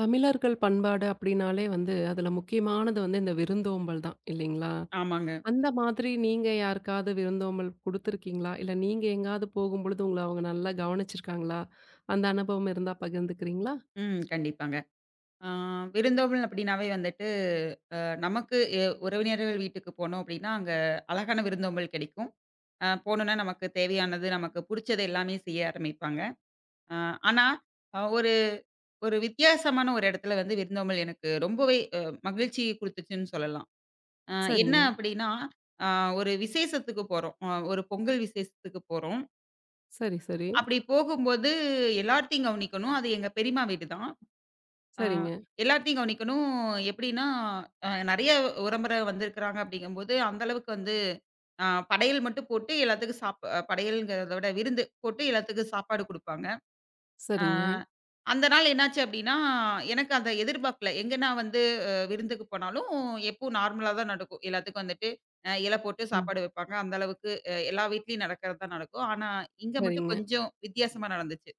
தமிழர்கள் பண்பாடு அப்படின்னாலே வந்து அதுல முக்கியமானது வந்து இந்த விருந்தோம்பல் தான் இல்லைங்களா? ஆமாங்க. அந்த மாதிரி நீங்க யாருக்காவது விருந்தோம்பல் குடுத்துருக்கீங்களா? இல்ல நீங்க எங்கேயாவது போகும்பொழுது உங்கள அவங்க நல்லா கவனிச்சிருக்காங்களா? அந்த அனுபவம் இருந்தா பகிர்ந்துக்கிறீங்களா? ம். கண்டிப்பாங்க. ஆ விருந்தோம்பல் அப்படின்னாவே வந்துட்டு, நமக்கு உறவினர்கள் வீட்டுக்கு போனோம் அப்படின்னா, அங்க அழகான விருந்தோம்பல் கிடைக்கும். போனோன நமக்கு தேவையானது, நமக்கு புடிச்சது எல்லாமே செய்ய ஆரம்பிப்பாங்க. அ ஆனா, அ ஒரு ஒரு வித்தியாசமான ஒரு இடத்துல வந்து விருந்தோம்பல் எனக்கு ரொம்பவே மகிழ்ச்சி குடுத்துச்சுன்னு சொல்லலாம். அ என்ன சரிங்க. அப்படின்னா, அ ஒரு விசேஷத்துக்கு போறோம். ஒரு பொங்கல் விசேஷத்துக்கு போறோம். சரி, சரி. அப்படி போகும்போது எல்லார்த்தையும் கவனிக்கணும். அது எங்க பெரியம்மா வீடு தான். ஆ, சரிங்க, எல்லாத்தையும் கவனிக்கணும். எப்படின்னா, நெறைய உறவுமுறை வந்திருக்கிறாங்க அப்படிங்கும்போது, அந்த அளவுக்கு வந்து படையல் மட்டும் போட்டு எல்லாத்துக்கும் சாப் அ படையல்ங்கிறத விட விருந்து போட்டு எல்லாத்துக்கும் சாப்பாடு குடுப்பாங்க. அ சரிங்க. அந்த நாள் என்னாச்சு அப்படின்னா, எனக்கு அத எதிர்பார்க்கல. எங்க நான் வந்து அ விருந்துக்கு போனாலும் எப்பவும் நார்மலா தான் நடக்கும். எல்லாத்துக்கும் வந்துட்டு இலை போட்டு ம். சாப்பாடு வைப்பாங்க. அந்த அளவுக்கு எல்லா வீட்லயும் நடக்கிறது தான் நடக்கும். ஆனா, இங்க மட்டும் சரிங்க. கொஞ்சம் வித்தியாசமா நடந்துச்சு.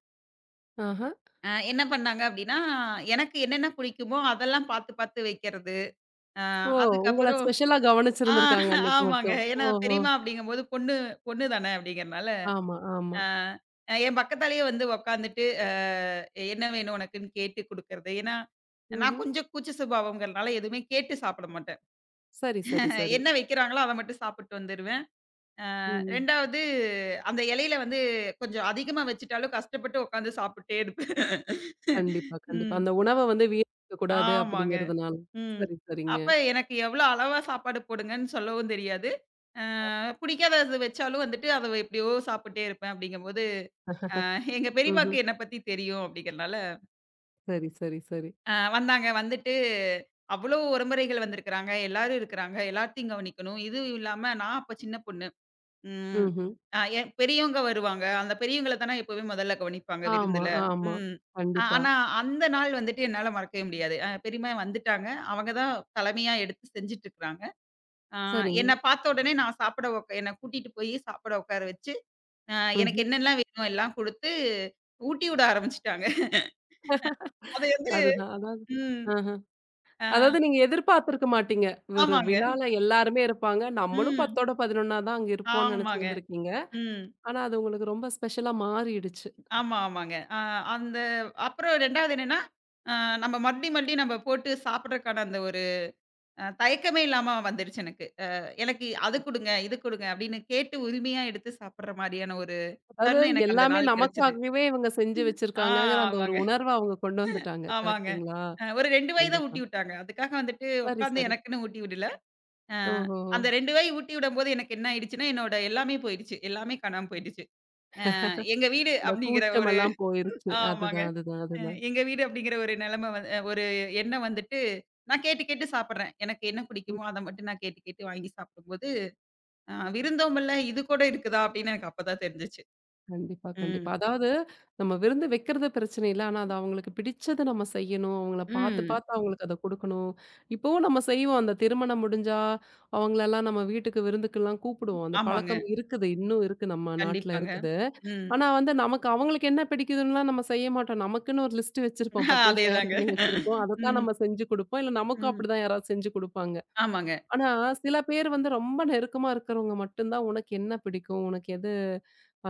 ஆஹா. அ என்ன பண்ணாங்க அப்டின்னா, எனக்கு என்னென்ன புடிக்குமோ அதெல்லாம் பாத்து பாத்து வைக்கிறது. அ ஓ! உங்கள அதுக்கப்புறம் ஸ்பெஷலா ஆ கவனிச்சிருந்திருக்காங்க அன்னைக்கு ஆமாங்க. மட்டும். ஏன்னா ஓஹோ! பெரியம்மா அப்படிங்கும்போது பொண்ணு பொண்ணு தானே அப்படிங்கிறனால, ஆமா, ஆமா. அ என் பக்கத்தாலேயே வந்து உக்காந்துட்டு அ என்ன வேணும் உனக்குன்னு கேட்டு குடுக்கறது. ஏன்னா, நான் ம்ஹ்ம். கொஞ்சம் கூச்ச சுபாவம்ங்கிறனால எதுவுமே கேட்டு சாப்பிட மாட்டேன். சரி, சரி, சரி. என்ன வைக்கிறாங்களோ அத மட்டும் சாப்பிட்டு வந்துருவேன். ம். 2வது அந்த இலையில வந்து கொஞ்சம் அதிகமா வச்சுட்டாலும் கஷ்டப்பட்டு உக்காந்து சாப்பிட்டே இருப்பேன். கண்டிப்பா, கண்டிப்பா. ம். அந்த உணவ வந்து வீணடிக்க கூடாது ஆமாங்க. அப்படிங்கிறதுனால. ம். சரி, சரிங்க. அப்ப எனக்கு எவ்வளோ அளவா சாப்பாடு போடுங்கன்னு சொல்லவும் தெரியாது. அ பிடிக்காதது வச்சாலும் வந்துட்டு அத எப்படியோ சாப்பிட்டே இருப்பேன் அப்படிங்கும்போது, எங்க ம்ஹ்ம். பெரியம்மாக்கு என்ன பத்தி தெரியும் அப்படிங்கிறனால, சரி, சரி, சரி. அ வந்தாங்க. வந்துட்டு அவ்வளோ உறமுறைகள் வந்திருக்கிறாங்க. எல்லாரும் இருக்கிறாங்க. எல்லாத்தையும் கவனிக்கணும். இதுவும் இல்லாம நான் அப்ப சின்ன பொண்ணு. ம். ம்ஹ்ம். அ என் பெரியவங்க வருவாங்க. அந்த பெரியவங்கள தானே எப்பவுமே முதல்ல கவனிப்பாங்க ஆமா, விருந்துல. ஆமா. ம். அ கண்டிப்பா. ஆனா அந்த நாள் வந்துட்டு என்னால மறக்கவே முடியாது. அ பெரியம்மா வந்துட்டாங்க. அவங்க தான் தலைமையா எடுத்து செஞ்சுட்டு இருக்கிறாங்க. ஆ சரிங்க. என்ன பார்த்த உடனே நான் சாப்பிட உக் என்ன கூட்டிட்டு போயி சாப்பிட உட்கார வச்சு, அ எனக்கு ம்ஹ்ம். என்னெல்லாம் வேணுமோ எல்லாம் குடுத்து, ஊட்டி விட ஆரம்பிச்சுட்டாங்க. அது வந்து அதுதான். அதாவது ம். ஆஹ. ஆ அதாவது நீங்க எதிர்பார்த்திருக்க மாட்டீங்க. ஒரு ஆமாங்க. விழால எல்லாருமே இருப்பாங்க. நம்மளும் ம். 10ஓட 11ஆ தான் அங்க இருப்போம்னு ஆமாங்க. நெனச்சிருந்திருக்கீங்க. ம். ஆனா, அது உங்களுக்கு ரொம்ப ஸ்பெஷலா மாறிடுச்சு. ஆமா, ஆமாங்க. அ அந்த அப்புறம் 2வது என்னன்னா, அ நம்ம மறுபடியும் மறுபடியும் நம்ம போட்டு சாப்பிடுறக்கான அந்த ஒரு அ தயக்கமே இல்லாம வந்துருச்சு எனக்கு. அ எனக்கு அது ம். குடுங்க, இது குடுங்க அப்படின்னு கேட்டு உரிமையா எடுத்து சாப்பிடுற மாரியான ஒரு அதாவது தருணம் எனக்கு அந்த எல்லாமே நாள் கிடைச்சது. நமக்காகவே இவங்க செஞ்சு ஆ வச்சிருக்காங்கங்கிற அந்த ஒரு ஆமாங்க. உணர்வ அவங்க கொண்டு வந்துட்டாங்க. ஆமாங்க. கரெக்ட்டுங்களா? அ ஒரு 2 வாய் தான் கண்டிப்பா. ஊட்டி விட்டாங்க. அதுக்காக வந்துட்டு சரி, உட்காந்து சரி. எனக்குன்னு ஊட்டி விடல. அ ஓஹோஹோ! அந்த 2 வாய் ஊட்டி விடும்போது எனக்கு என்ன ஆயிடுச்சுன்னா, என்னோட எல்லாமே போயிடுச்சு. எல்லாமே காணாம போயிடுச்சு. அ எங்க வீடு அந்த அப்படிங்கிற ஒரு கூச்சமெல்லாம் போயிருச்சு. ஆமாங்க. அதுதான், அதுதான், அ அதுதான். எங்க வீடு அப்படிங்கிற ஒரு நிலைமை வந் அ ஒரு எண்ணம் வந்துட்டு நான் கேட்டு கேட்டு சாப்பிடுறேன். எனக்கு என்ன பிடிக்குமோ அத மட்டும் நான் கேட்டு கேட்டு வாங்கி சாப்பிடும்போது, அ விருந்தோம்பல்ல இது கூட இருக்குதா அப்படின்னு எனக்கு அப்பதான் தெரிஞ்சுச்சு. கண்டிப்பா, ம். கண்டிப்பா. அதாவது நம்ம விருந்து வைக்கிறது பிரச்சனை இல்ல. ஆனா, அது அவங்களுக்கு பிடிச்சத நம்ம செய்யணும். அவங்கள பார்த்து, ம். பார்த்து அவங்களுக்கு அத குடுக்கணும். இப்பவும் நம்ம செய்வோம். அந்த திருமணம் முடிஞ்சா, அவங்களெல்லாம் நம்ம வீட்டுக்கு விருந்துக்கெல்லாம் கூப்பிடுவோம். அந்த பழக்கம் ஆமாங்க. இருக்குது. இன்னும் இருக்கு. நம்ம நாட்ல கண்டிப்பாங்க. இருக்குது. ம். ஆனா வந்து நமக்கு அவங்களுக்கு என்ன பிடிக்குதுன்னுலாம் நம்ம செய்ய மாட்டோம். நமக்குன்னு ஒரு லிஸ்ட் வச்சிருப்போம். பட்டியல் தயார் அதேதாங்க. பண்ணி வச்சிருப்போம். அதத்தான் ம். நம்ம செஞ்சு குடுப்போம். இல்ல நமக்கும் ம். அப்படிதான் யாராவது செஞ்சு குடுப்பாங்க. ஆமாங்க, ஆனா, சில பேர் வந்து ரொம்ப நெருக்கமா இருக்கிறவங்க மட்டும் தான், "உனக்கு என்ன பிடிக்கும்? உனக்கு எது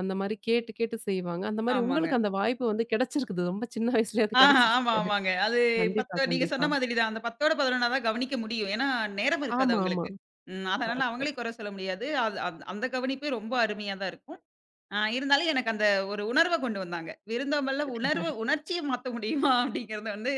அந்த மாரி கேட்டு, கேட்டு செய்வாங்க. அந்த மாரி ஆமாங்க. உங்களுக்கு அந்த வாய்ப்பு வந்து கிடைச்சிருக்குது. ரொம்ப சின்ன வயசுலயே அது ஆஹா, ஆமா, கிடைச்சிருச்சு. ஆமாங்க. அது கண்டிப்பா, 10 நீங்க சொன்ன கண்டிப்பா. மாதிரி தான். அந்த 10 ஓட 11 தான் கவனிக்க முடியும். ஏன்னா நேரம் இருக்காது ஆமா, ஆமா. அவங்களுக்கு. ம். அதனால கரெக்ட்டு. அவங்களே குறை சொல்ல முடியாது. அது அந்த கவனிப்பே ரொம்ப அருமையா தான் இருக்கும். ஆ இருந்தாலும் எனக்கு அந்த ஒரு உணர்வ கொண்டு வந்தாங்க. விருந்தோம்பல்ல உணர்வு உணர்ச்சிய மாத்த முடியுமா? அப்படிங்கிறது வந்து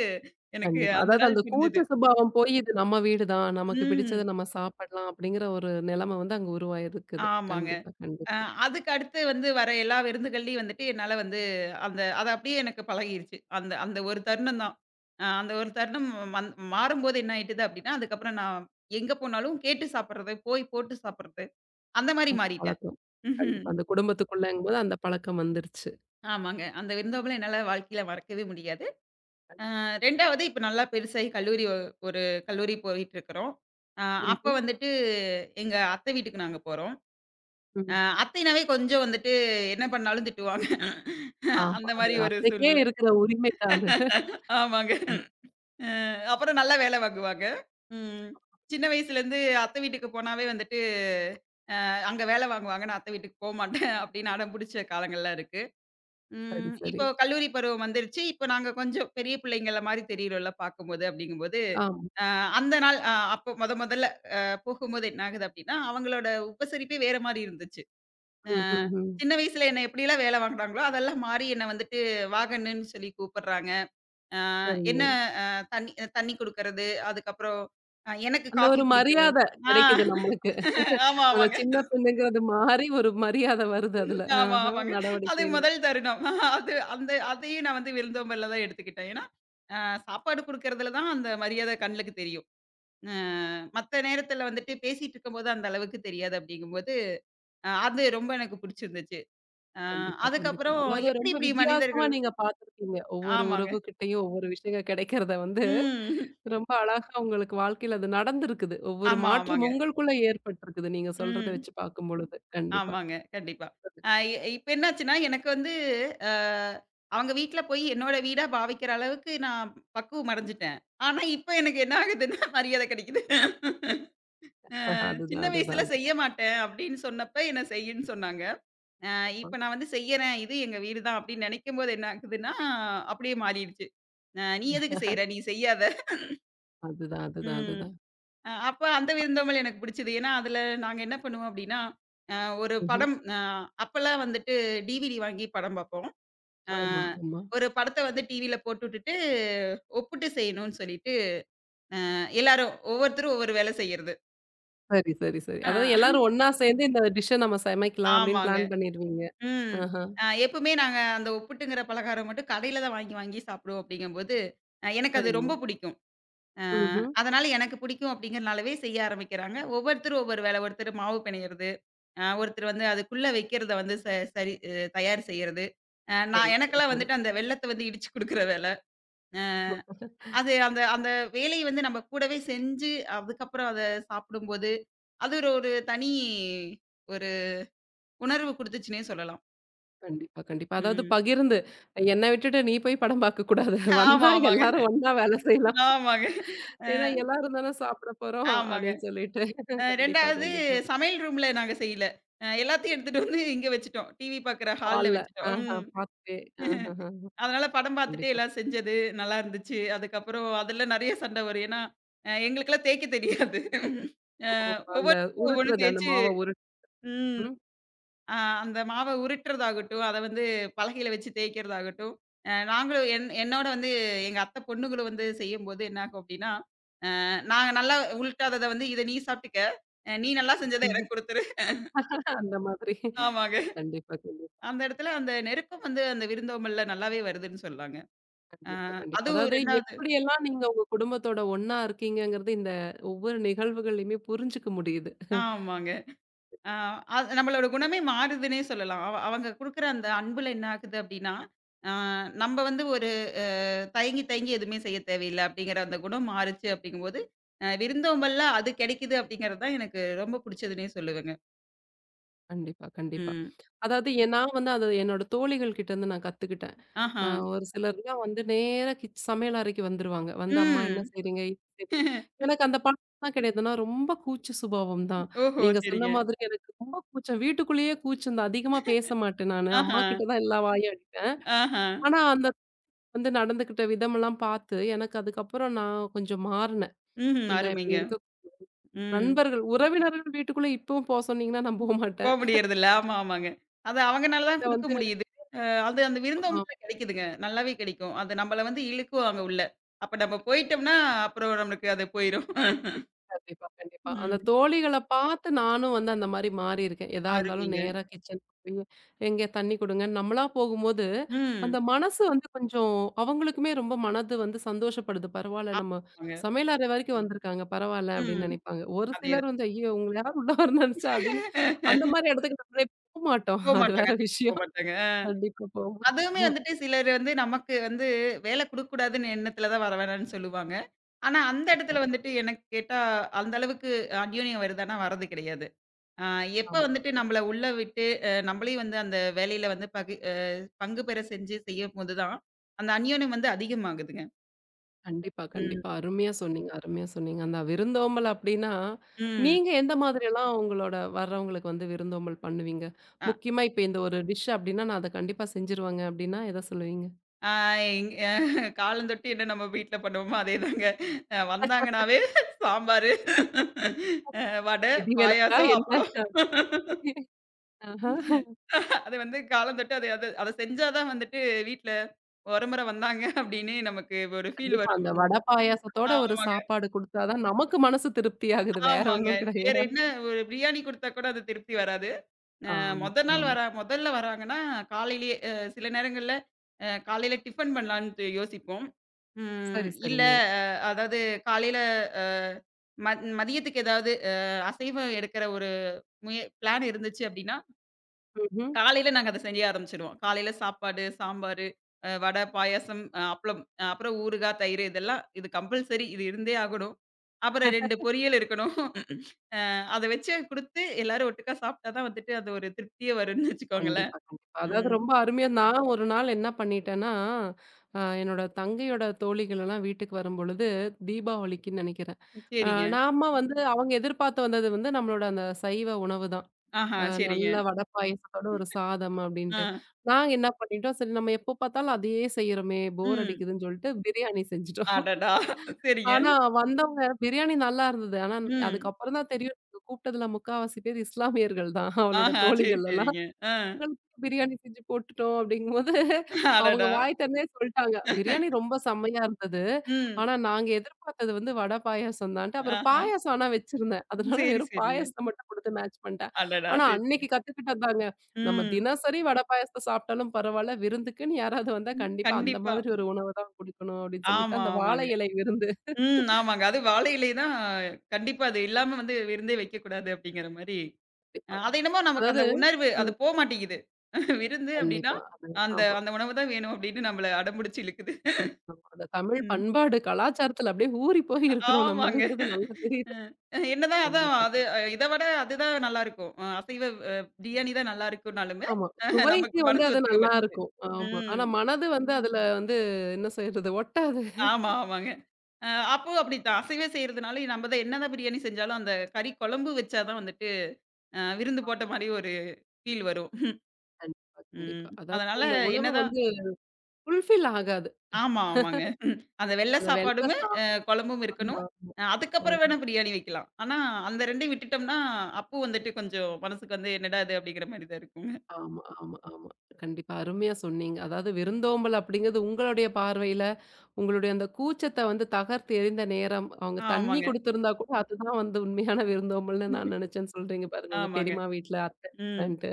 எனக்கு கண்டிப்பா. அந்த அதாவது அந்த நாள் புரிஞ்சுது. கூச்ச சுபாவம் போய் இது நம்ம வீடு தான். நமக்கு பிடிச்சத ம். நம்ம சாப்பிடலாம் அப்படிங்கிற ஒரு நிலைமை வந்து அங்க உருவாயிருக்குது. ஆமாங்க. கண்டிப்பா, அ கண்டிப்பா. அதுக்கு அடுத்து வந்து வர எல்லா விருந்துகள்லயும் வந்துட்டு என்னால வந்து அந்த அது அப்படியே எனக்கு பழகிருச்சு. அந்த அந்த ஒரு தருணம் தான். அ அந்த ஒரு தருணம் மந் மாறும்போது என்ன ஆயிட்டுது அப்படின்னா, அதுக்கப்புறம் நான் எங்க போனாலும் கேட்டு சாப்பிடுறது, போய் போட்டு சாப்பிடுறது, அந்த மாரி அந்த மாறிட்டேன். பழக்கம். ம்ஹ்ம். கண்டிப்பா. அந்த குடும்பத்துக்குள்ளங்கும்போது அந்த பழக்கம் வந்துருச்சு. ஆமாங்க. அந்த விருந்தோம்பல என்னால வாழ்க்கையில மறக்கவே முடியாது. அ 2வது இப்ப நல்லா பெருசாகி கல்லூரி ஒ- ஒரு கல்லூரி போயிட்டுருக்கிறோம். அ அப்ப ம்ஹ்ம். வந்துட்டு எங்க அத்தை வீட்டுக்கு நாங்க போறோம். அ ம். அத்தைனாவே கொஞ்சம் வந்துட்டு என்ன பண்ணாலும் திட்டுவாங்க. ஆமா. அந்த அது மாரி ஒரு அத்தைக்கே சூழ்நிலை. இருக்கிற உரிமை தான் அது. ஆமாங்க. ம். அ அப்புறம் நல்லா வேலை வாங்குவாங்க. ம். சின்ன வயசுலேருந்து அத்தை வீட்டுக்கு போனாவே வந்துட்டு, அங்க வேலை வாங்குவாங்க. நான் அத்தை வீட்டுக்கு போமாட்டேன் அப்படின்னு அடம் பிடிச்ச காலங்கள்லாம் இருக்கு. சரி, ம். சரி. இப்போ கல்லூரி பருவம் வந்துருச்சு. இப்போ நாங்க கொஞ்சம் பெரிய பிள்ளைங்கள மாரி தெரியிறோம்ல பார்க்கும்போது அப்படிங்கும்போது, ஆமா. அ அந்த நாள் அ அப்போ மொதல்ல அ போகும்போது என்ன ஆகுது அப்படின்னா, அவங்களோட உபசரிப்பே வேற மாரி இருந்துச்சு. அ ம், ம், ம். சின்ன வயசுல என்ன எப்படிலாம் வேல வாங்குனாங்களோ, அதெல்லாம் மாறி என்ன வந்துட்டு வாகன்ன்னு சொல்லி கூப்பிடுறாங்க. அ என்ன சரிங்க. அ தண்ணி தண்ணி குடுக்கறது, அதுக்கப்புறம் அ எனக்கு அந்த காஃபி ஒரு பிடிக்கும். மரியாத ஆ கிடைக்குது நம்மளுக்கு. ஆமா, அந்த ஆமாங்க. சின்ன பெண்ணுங்கிறது மாறி ஒரு மரியாத வருது அதுல. ஆமா, ஆஹ ஆமாங்க. அது நடவடிக்கையில. முதல் தருணம். அது அந்த அதையும் நான் வந்து விருந்தோம்பல்ல தான் எடுத்துக்கிட்டேன். ஏன்னா, அ சாப்பாடு குடுக்கறதுல தான் அந்த மரியாதை கண்ணுக்கு தெரியும். அ மத்த நேரத்துல வந்துட்டு பேசிட்டு இருக்கும்போது அந்த அளவுக்கு தெரியாது அப்படிங்கும்போது, அ அது ரொம்ப எனக்கு புடிச்சிருந்துச்சு. அ கண்டிப்பா, கண்டிப்பா. அதுக்கப்புறம் அதாவது எப்படி ரொம்ப இப்படி வித்தியாசமா மனிதர்கள் நீங்க பார்த்துருக்கீங்க. ஒவ்வொரு ஆமாங்க. உறவுகிட்டயும் ஒவ்வொரு விஷயம் கிடைக்கிறத வந்து ம். ரொம்ப அழகா உங்களுக்கு வாழ்க்கையில அது நடந்திருக்குது. ஒவ்வொரு ஆமா, ஆமாங்க. மாற்றம் உங்களுக்குள்ள ஏற்பட்டிருக்குது. நீங்க சொல்றத ம். வச்சு பார்க்கும்பொழுது. கண்டிப்பா. ஆமாங்க. கண்டிப்பா. அ இ இப்ப என்னாச்சுன்னா, எனக்கு வந்து அ அவங்க வீட்ல போய் என்னோட வீடா பாவிக்கிற அளவுக்கு நான் பக்குவம் அடைஞ்சுட்டேன். ஆனா, இப்ப எனக்கு என்ன ஆகுதுன்னா, மரியாதை கிடைக்குது. அ அதுதான், சின்ன வயசுல அதுதான், செய்ய மாட்டேன் அப்படின்னு சொன்னப்ப, என்ன செய்யுன்னு சொன்னாங்க. அ அதுதான். இப்ப நான் வந்து செய்யறேன். இது எங்க வீடு தான் அப்படின்னு நினைக்கும்போது என்ன ஆகுதுன்னா, அப்படியே மாறிடுச்சு. அ நீ எதுக்கு செய்ற? நீ செய்யாத. அதுதான், அதுதான், ம். அதுதான். அ அப்ப அந்த விருந்தோம்பல் எனக்கு பிடிச்சது. ஏன்னா, அதுல நாங்க என்ன பண்ணுவோம் அப்டின்னா, அ ஒரு ம்ஹ்ம். படம் அ அப்பலாம் வந்துட்டு டிவிடி வாங்கி படம் பார்ப்போம். அ ஆமா, ஆமா. ஒரு படத்த வந்து டிவில போட்டு விட்டுட்டு, ஒப்புட்டு செய்யணும்னு சொல்லிட்டு, அ எல்லாரும் ஒவ்வொருத்தரும் ஒவ்வொரு வேல செய்யறது. சரி, சரி, சரி. அ அதாவது எல்லாரும் ஒண்ணா சேர்ந்து இந்த டிஷ்ஷ நம்ம சமைக்கலாம் அப்படின்னு ஆமாங்க. பிளான் பண்ணிருவீங்க. ம். ஆஹ. அ எப்பவுமே நாங்க அந்த ஒப்புட்டுங்கிற பலகாரம் மட்டும் கடையில தான் வாங்கி வாங்கி சாப்பிடுவோம் அப்டிங்கும்போது, அ எனக்கு அது சரிங்க. ரொம்ப பிடிக்கும். அ ம்ஹ்ம். அதனால எனக்கு பிடிக்கும் அப்டிங்கிறனாலவே செய்ய ஆரம்பிக்கிறாங்க. ஒவ்வொருத்தரும் ஒவ்வொரு வேல. ஒருத்தர் மாவு பிணையறது. அ ஒருத்தர் வந்து அதுக்குள்ள வைக்கிறத வந்து சரி அ தயார் செய்யறது. அ சரி, நான் சரி, எனக்கெல்லாம் சரி. வந்துட்டு அந்த வெல்லத்த வந்து இடிச்சு குடுக்குற வேல. அ அது அந்த அந்த வேலைய வந்து நம்ம கூடவே செஞ்சு, அதுக்கப்புறம் அத சாப்பிடும்போது, அது ஒரு ஒரு தனி ஒரு உணர்வு குடுத்துச்சுன்னே சொல்லலாம். கண்டிப்பா, கண்டிப்பா. அதாவது ம். பகிர்ந்து என்ன விட்டுட்டு நீ போய் படம் பார்க்கக்கூடாது. ஆமா, வந்தா ஆமாங்க. எல்லாரும் ஒண்ணா வேலை செய்யலாம். ஆமாங்க. அ ஏன்னா எல்லாரும் தானே சாப்பிட போறோம் ஆமாங்க. அப்படின்னு சொல்லிட்டு. அ கண்டிப்பா, 2வது கண்டிப்பா. சமையல் ரூம்ல நாங்க செய்யல. அ எல்லாத்தையும் எடுத்துட்டு வந்து இங்க வச்சுட்டோம். டிவி பார்க்குற ஹால்ல ஹால்ல. வச்சுட்டோம். ஆஹா ம். பார்த்துட்டே. ஆஹஹா. அதனால படம் பார்த்துட்டே கண்டிப்பா. எல்லாம் செஞ்சது நல்லா இருந்துச்சு. அதுக்கப்புறம் அதுல நெறைய சண்டை வரும். ஏன்னா, அ எங்களுக்கெல்லாம் தேய்க்க தெரியாது. அ ஓ! அந்த ஒவ்வொருத்தரும் ஒவ்வொன்னு உருட்டுறது அந்த தேய்ச்சு மாவ உருட். ம். ம். அ அந்த மாவ உருட்டுறதாகட்டும், அத வந்து பலகையில வச்சு தேய்க்கிறதாகட்டும், அ நாங்களும் என்னோட வந்து எங்க அத்தை பொண்ணுங்களும் வந்து செய்யும்போது என்ன ஆகும் அப்டின்னா, அ நாங்க நல்லா உருட்டாதத வந்து இத நீ சாப்ட்டுக்க. அ நீ நல்லா செஞ்சத எனக்கு குடுத்துரு. அந்த மாதிரி. ஆமாங்க. கண்டிப்பா, கண்டிப்பா, அந்த இடத்துல அந்த நெருக்கம் வந்து அந்த விருந்தோம்பல்ல நல்லாவே வருதுன்னு சொல்லலாங்க. அ கண்டிப்பா, கண்டிப்பா. அதுவும் அதாவது 2வது எப்படியெல்லாம் நீங்க உங்க குடும்பத்தோட ஒண்ணா இருக்கீங்கங்கிறது இந்த ஒவ்வொரு நிகழ்வுகள்லயுமே புரிஞ்சுக்க முடியுது. ஆமாங்க. ஆ அது நம்மளோட குணமே மாறுதுன்னே சொல்லலாம். அவங்க குடுக்குற அந்த அன்புல என்ன ஆகுது அப்டின்னா, ஆ நம்ப வந்து ஒரு தயங்கி தயங்கி எதுவுமே செய்ய தேவையில்ல அப்டிங்கிற அந்த குணம் மாறுச்சு அப்டிங்கும்போது, அ விருந்தோம்பல்ல அது கெடைக்குது அப்டிங்கிறது தான் எனக்கு ரொம்ப புடிச்சதுன்னே சொல்லுவேங்க. கண்டிப்பா, கண்டிப்பா. ம். அதாவது எ நான் வந்து அது என்னோட தோழிகள் கிட்டேருந்து நான் கத்துக்கிட்டேன். அ ஆஹா. ஒரு சிலர்லாம் வந்து நேரா சமையல் அறைக்கு வந்துருவாங்க. வந்து அம்மா என்ன ம். செய்றீங்க? இது செய் எனக்கு அந்த பழக்கம்லாம் கிடையாது. நான் ரொம்ப கூச்ச சுபாவம் தான். ஓஹோ! நீங்க சொன்ன சரிங்க. மாதிரி எனக்கு ரொம்ப கூச்சம். வீட்டுக்குள்ளேயே கூச்சம் தான். அதிகமா பேச மாட்டேன் நானு. ஆஹா. அம்மா கிட்ட தான் எல்லா வாயும் அடிப்பேன். ஆஹா. ஆனா, அந்த வந்து நடந்துக்கிட்ட விதமெல்லாம் பார்த்து, எனக்கு அதுக்கப்புறம் நான் கொஞ்சம் மாறுனேன். ம்ஹ்ம். இல்ல இப்படி அருமைங்க. இருக்க ம். நண்பர்கள், உறவினர்கள் வீட்டுக்குள்ள இப்பவும் போ சொன்னீங்கன்னா நான் போமாட்டேன். போக முடியறதில்ல. ஆமா, ஆமாங்க. அது அவங்கனால தான் இத குடுக்க வந்து முடியுது. அ அது அந்த ஆ. விருந்தோம்பல்ல கெடைக்குதுங்க. நல்லாவே கெடைக்கும். அது நம்மள வந்து இழுக்குவாங்க உள்ள. அப்ப நம்ம போயிட்டோம்னா, அப்புறம் நம்மளுக்கு அது போயிரும். கண்டிப்பா, கண்டிப்பா. அந்த ம். தோழிகள பார்த்து நானும் வந்து அந்த மாரி மாறியிருக்கேன். எதா இருந்தாலும் அருமைங்க. நேரா கிச்சன் போயி, "எங்க தண்ணி குடுங்கன்னு" நம்மளா போகும்போது, அந்த ம். மனசு வந்து கொஞ்சம் அவங்களுக்குமே ரொம்ப மனது வந்து சந்தோஷப்படுது. பரவால்ல நம்ம ஆமாங்க. சமையல் அறை வரைக்கும் வந்திருக்காங்க, பரவால்ல அப்படின்னு ம். நெனைப்பாங்க. ஒரு சிலர் அதேதான். வந்து, "ஐயோ! உங்கள யார் உள்ள வர நெனச்சா?" அப்படின்னு அந்த மாரி இடத்துக்கு நம்மளே போமாட்டோம். அது வேற போமாட்டாங்க. விஷயம். போமாட்டாங்க. கண்டிப்பா அதுவுமே போமாட்டோம். வந்துட்டு சிலர் வந்து நமக்கு வந்து வேல குடுக்கக்கூடாதுன்னு எண்ணத்துல தான் வர வேணான்னு சொல்லுவாங்க. ஆனா, அந்த கண்டிப்பா. இடத்துல வந்துட்டு எனக்கு கேட்டா, அந்த அளவுக்கு அந்யோன்யம் வருதான்னா வரது கிடையாது. ஆ எப்ப ஆமா. வந்துட்டு நம்மள உள்ள விட்டு, அ நம்மளையும் வந்து அந்த வேலையில வந்து பகு அ பங்கு பெற செஞ்சு செய்யும்போது தான், அந்த அந்யோன்யம் வந்து அதிகமாகுதுங்க. கண்டிப்பா, கண்டிப்பா. ம், அருமையா சொன்னீங்க, அருமையா சொன்னீங்க. அந்த விருந்தோம்பல் அப்டின்னா, ம். நீங்க எந்த மாதிரியெல்லாம் உங்களோட வர்றவங்களுக்கு வந்து விருந்தோம்பல் பண்ணுவீங்க? அ முக்கியமா இப்ப இந்த ஒரு டிஷ் அப்டின்னா, நான் அத கண்டிப்பா செஞ்சுருவேங்க அப்டின்னா, எத சொல்லுவீங்க? ஆ எங் காலந்தொட்டு என்ன நம்ம வீட்ல பண்ணுவோமோ அதேதாங்க. அ வந்தாங்கனாவே சாம்பாரு, அ வடை, விதிவிலக்கா பாயாசம், என்ன? அப்பளம். ஆஹா. அது வந்து காலந்தொட்டு அது அது அத செஞ்சா தான் வந்துட்டு வீட்ல ஒரமுற வந்தாங்க அப்படின்னு நமக்கு ஒரு ஃபீல் கண்டிப்பா. வரும். அந்த வடை பாயாசத்தோட ஒரு ஆமாங்க, சாப்பாடு குடுத்தா தான் நமக்கு மனசு திருப்தி ஆகுது. வேற ஆமாங்க. ஒண்ணும் வேற கிடையாது. என்ன ஒரு பிரியாணி குடுத்தா கூட அது திருப்தி வராது. அ ஆமா, மொத நாள் ஆமா. வரா மொதல்ல வராங்கன்னா, காலையிலேயே அ சில நேரங்கள்ல அ காலையில டிஃபன் பண்ணலான்ட்டு யோசிப்போம். ம் சரி, இல்ல சரிங்க. அ அதாவது காலையில அ மதியத்துக்கு ஏதாவது அ அசைவம் எடுக்கிற ஒரு பிளான் இருந்துச்சு அப்டின்னா, ம்ஹ்ம். காலையில நாங்க அத செய்ய ஆரம்பிச்சுருவோம். காலையில சாப்பாடு, சாம்பாரு, அ வடை, பாயாசம், அ அப்பளம், அ அப்புறம் ஊறுகாய், தயிர் இதெல்லாம் இது கம்பல்சரி இது இருந்தே ஆகணும். அப்புறம் 2 பொரியல் இருக்கணும். அ அத வச்சு குடுத்து எல்லாரும் ஒட்டுக்கா சாப்ட்டா தான் வந்துட்டு, அது ஒரு திருப்தியே வரும்னு வச்சுக்கோங்களேன். கண்டிப்பா, கண்டிப்பா. அதாவது ம். ரொம்ப அருமையா நான் ஒரு நாள் என்ன பண்ணிட்டேன்னா, என்னோட தங்கையோட தோழிகள் எல்லாம் வீட்டுக்கு வரும்பொழுது, தீபாவளிக்குன்னு நெனைக்கிறேன். அ சரிங்க. நாம வந்து அவங்க எதிர்பார்த்து வந்தது வந்து நம்மளோட அந்த சைவ உணவு தான். ஆஹா, சரிங்க. நல்ல வடை பாயாசத்தோட ஒரு சாதம் ஆ. அப்டின்ட்டு. நாங்க என்ன பண்ணிட்டோம், சரி நம்ம எப்போ பார்த்தாலும் அதையே செய்றோமே, போர் ம். அடிக்குதுன்னு சொல்லிட்டு பிரியாணி செஞ்சுட்டோம். அடடா! சரிங்க. ஆனா வந்தவங்க பிரியாணி நல்லா இருந்தது. ஆனா ம். அதுக்கப்புறம் தான் தெரியும் கூப்பிட்டதுல முக்காவாசி பேர் இஸ்லாமியர்கள் தான் அவளோட ஆஹா, சரி, தோழிகள் எல்லாம். சரிங்க. ஆ. உங்களுக்கு பிரியாணி செஞ்சு போட்டுட்டோம் அப்படிங்கும்போது, அவங்க அடடா! வாய் திறந்தே சொல்ட்டாங்க. பிரியாணி ரொம்ப செம்மையா இருந்தது. ம். ஆனா நாங்க எதிர்பார்த்தது வந்து வடை பாயாசம் தான்ட்டு. அப்புறம் ஆஹா. பாயாசம் ஆனா வச்சிருந்தேன். அதனால சரி, வெறும் சரிங்க. பாயாசத்த மட்டும் குடுத்து மேட்ச் பண்ட்டேன். அடடா! ஆனா சரி, சரி. அன்னைக்கு கத்துக்கிட்டதாங்க. நம்ம ம். தினசரி வடை பாயாசத்த சாப்பிட்டாலும் பரவால்ல. விருந்துக்குன்னு யாராவது வந்தா கண்டிப்பா அந்த கண்டிப்பா. மாதிரி ஒரு உணவு தான் குடுக்கணும் அப்படின்னு சொல்லிட்டு, ஆமா, அந்த வாழை ஆமாங்க. இலை விருந்து. ம். ஆமாங்க. அது வாழை இலை தான் கண்டிப்பா அது இல்லாம வந்து விருந்தே வைக்கக்கூடாது அப்படிங்கிற மாரி, அ கண்டிப்பா. அது என்னமோ நமக்கு அந்த அதாவது உணர்வு அது ம். போமாட்டேங்குது. விருந்து அப்படின்னா, கண்டிப்பா. அதுங்க. அந்த ஆமா. அந்த உணவு தான் வேணும் அப்படின்னு நம்மள அடம்பிடிச்சு இழுக்குது. ஆமா. அந்த தமிழ் ம். பண்பாடு, கலாச்சாரத்துல அப்படியே ஊறி போய் இருக்கிறோம் ஆமாங்க. நம்மங்கிறது நல்லா தெரியுது. அ என்னதான் அதான் கண்டிப்பா, அது கண் இத விட அதுதான் நல்லாருக்கும். அ அசைவ அ பிரியாணி தான் நல்லாருக்கும்னாலுமே, ஆமா. சுவைக்கு நமக்கு வந்து மனசு அது ஒத்துக்க நல்லா மாட்டேங்குது. இருக்கும். ஆமா. ம். ஆனா மனது வந்து அதுல வந்து என்ன செய்றது? ஒட்டாது. ஆமா, ஆமாங்க. அ அப்போ அப்படித்தான். அசைவ செய்றதுனால நம்ம தான் என்னதான் பிரியாணி செஞ்சாலும், அந்த கறி குழம்பு வச்சா தான் வந்துட்டு அ விருந்து போட்ட ஆமா. மாரி ஒரு ஃபீல் வரும். கண்டிப்பா, கண்டிப்பா. ம். அதாவது அதனால அந்த உணவு என்னதான் வந்து ஃபுல்ஃபில் ஆகாது. ஆமா, ஆமாங்க. அந்த வெள்ள அந்த வெள்ள சாப்பாடுமே, அ சாதம் குழம்பும் ஆமா, இருக்கணும். ஆமா. அ அதுக்கப்புறம் ம். வேணா பிரியாணி வைக்கலாம். ஆனா, அந்த 2யும் விட்டுட்டோம்னா, அப்போ வந்துட்டு கொஞ்சம் மனசுக்கு வந்து என்னடா இது அப்படிங்கிற மாரி தான் இருக்குங்க. ஆமா, ஆமா, ஆமா. கண்டிப்பா. அருமையா சொன்னீங்க. அதாவது விருந்தோம்பல் அப்படிங்கிறது உங்களுடைய பார்வையில உங்களுடைய அந்த கூச்சத்த வந்து தகர்த்து எறிந்த நேரம், அவங்க தண்ணி ஆமாங்க. குடுத்திருந்தா கூட அதுதான் வந்து உண்மையான விருந்தோம்பல்ன்னு நான் நெனச்சேன்னு சொல்றீங்க பாருங்க. உங்க ஆமாங்க. பெரியம்மா வீட்ல, அத்தை ம். வீட்லன்ட்டு.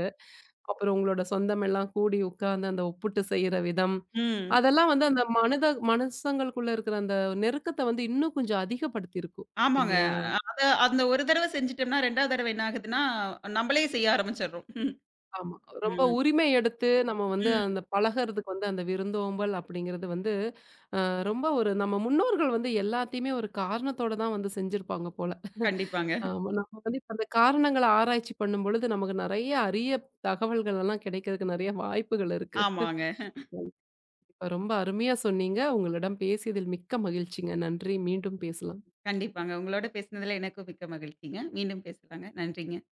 அப்புறம் உங்களோட சொந்தமெல்லாம் கூடி உட்கார்ந்து அந்த ஒப்பிட்டு செய்ற விதம். ம். அதெல்லாம் வந்து அந்த மனித மனுஷங்களுக்குள்ள இருக்கிற அந்த நெருக்கத்த வந்து இன்னும் கொஞ்சம் அதிகப்படுத்தியிருக்கும். ஆமாங்க. இல்லையா? அத அந்த ஒரு தடவ செஞ்சுட்டோம்னா, 2வது தடவ என்ன ஆகுதுன்னா, நம்மளே செய்ய ஆரம்பிச்சர்றோம். ம். ஆமா. ரொம்ப உரிமை எடுத்து நம்ம வந்து ம். அந்த பழகுறதுக்கு வந்து அந்த விருந்தோம்பல் அப்படிங்கிறது வந்து, அ ரொம்ப ஒரு நம்ம முன்னோர்கள் வந்து எல்லாத்தையுமே ஒரு காரணத்தோட தான் வந்து செஞ்சிருப்பாங்க போல. கண்டிப்பாங்க. ஆமா. நம்ம வந்து இப்ப அந்த காரணங்கள ஆராய்ச்சி பண்ணும்பொழுது நமக்கு நெறைய அரிய தகவல்கள் எல்லாம் கிடைக்கிறதுக்கு நெறைய வாய்ப்புகள் இருக்கு. ஆமாங்க. இப்ப ரொம்ப அருமையா சொன்னீங்க. உங்களிடம் பேசியதில் மிக்க மகிழ்ச்சிங்க. நன்றி. மீண்டும் பேசலாம். கண்டிப்பாங்க. உங்களோட பேசினதுல எனக்கும் மிக்க மகிழ்ச்சிங்க. மீண்டும் பேசலாங்க. நன்றிங்க.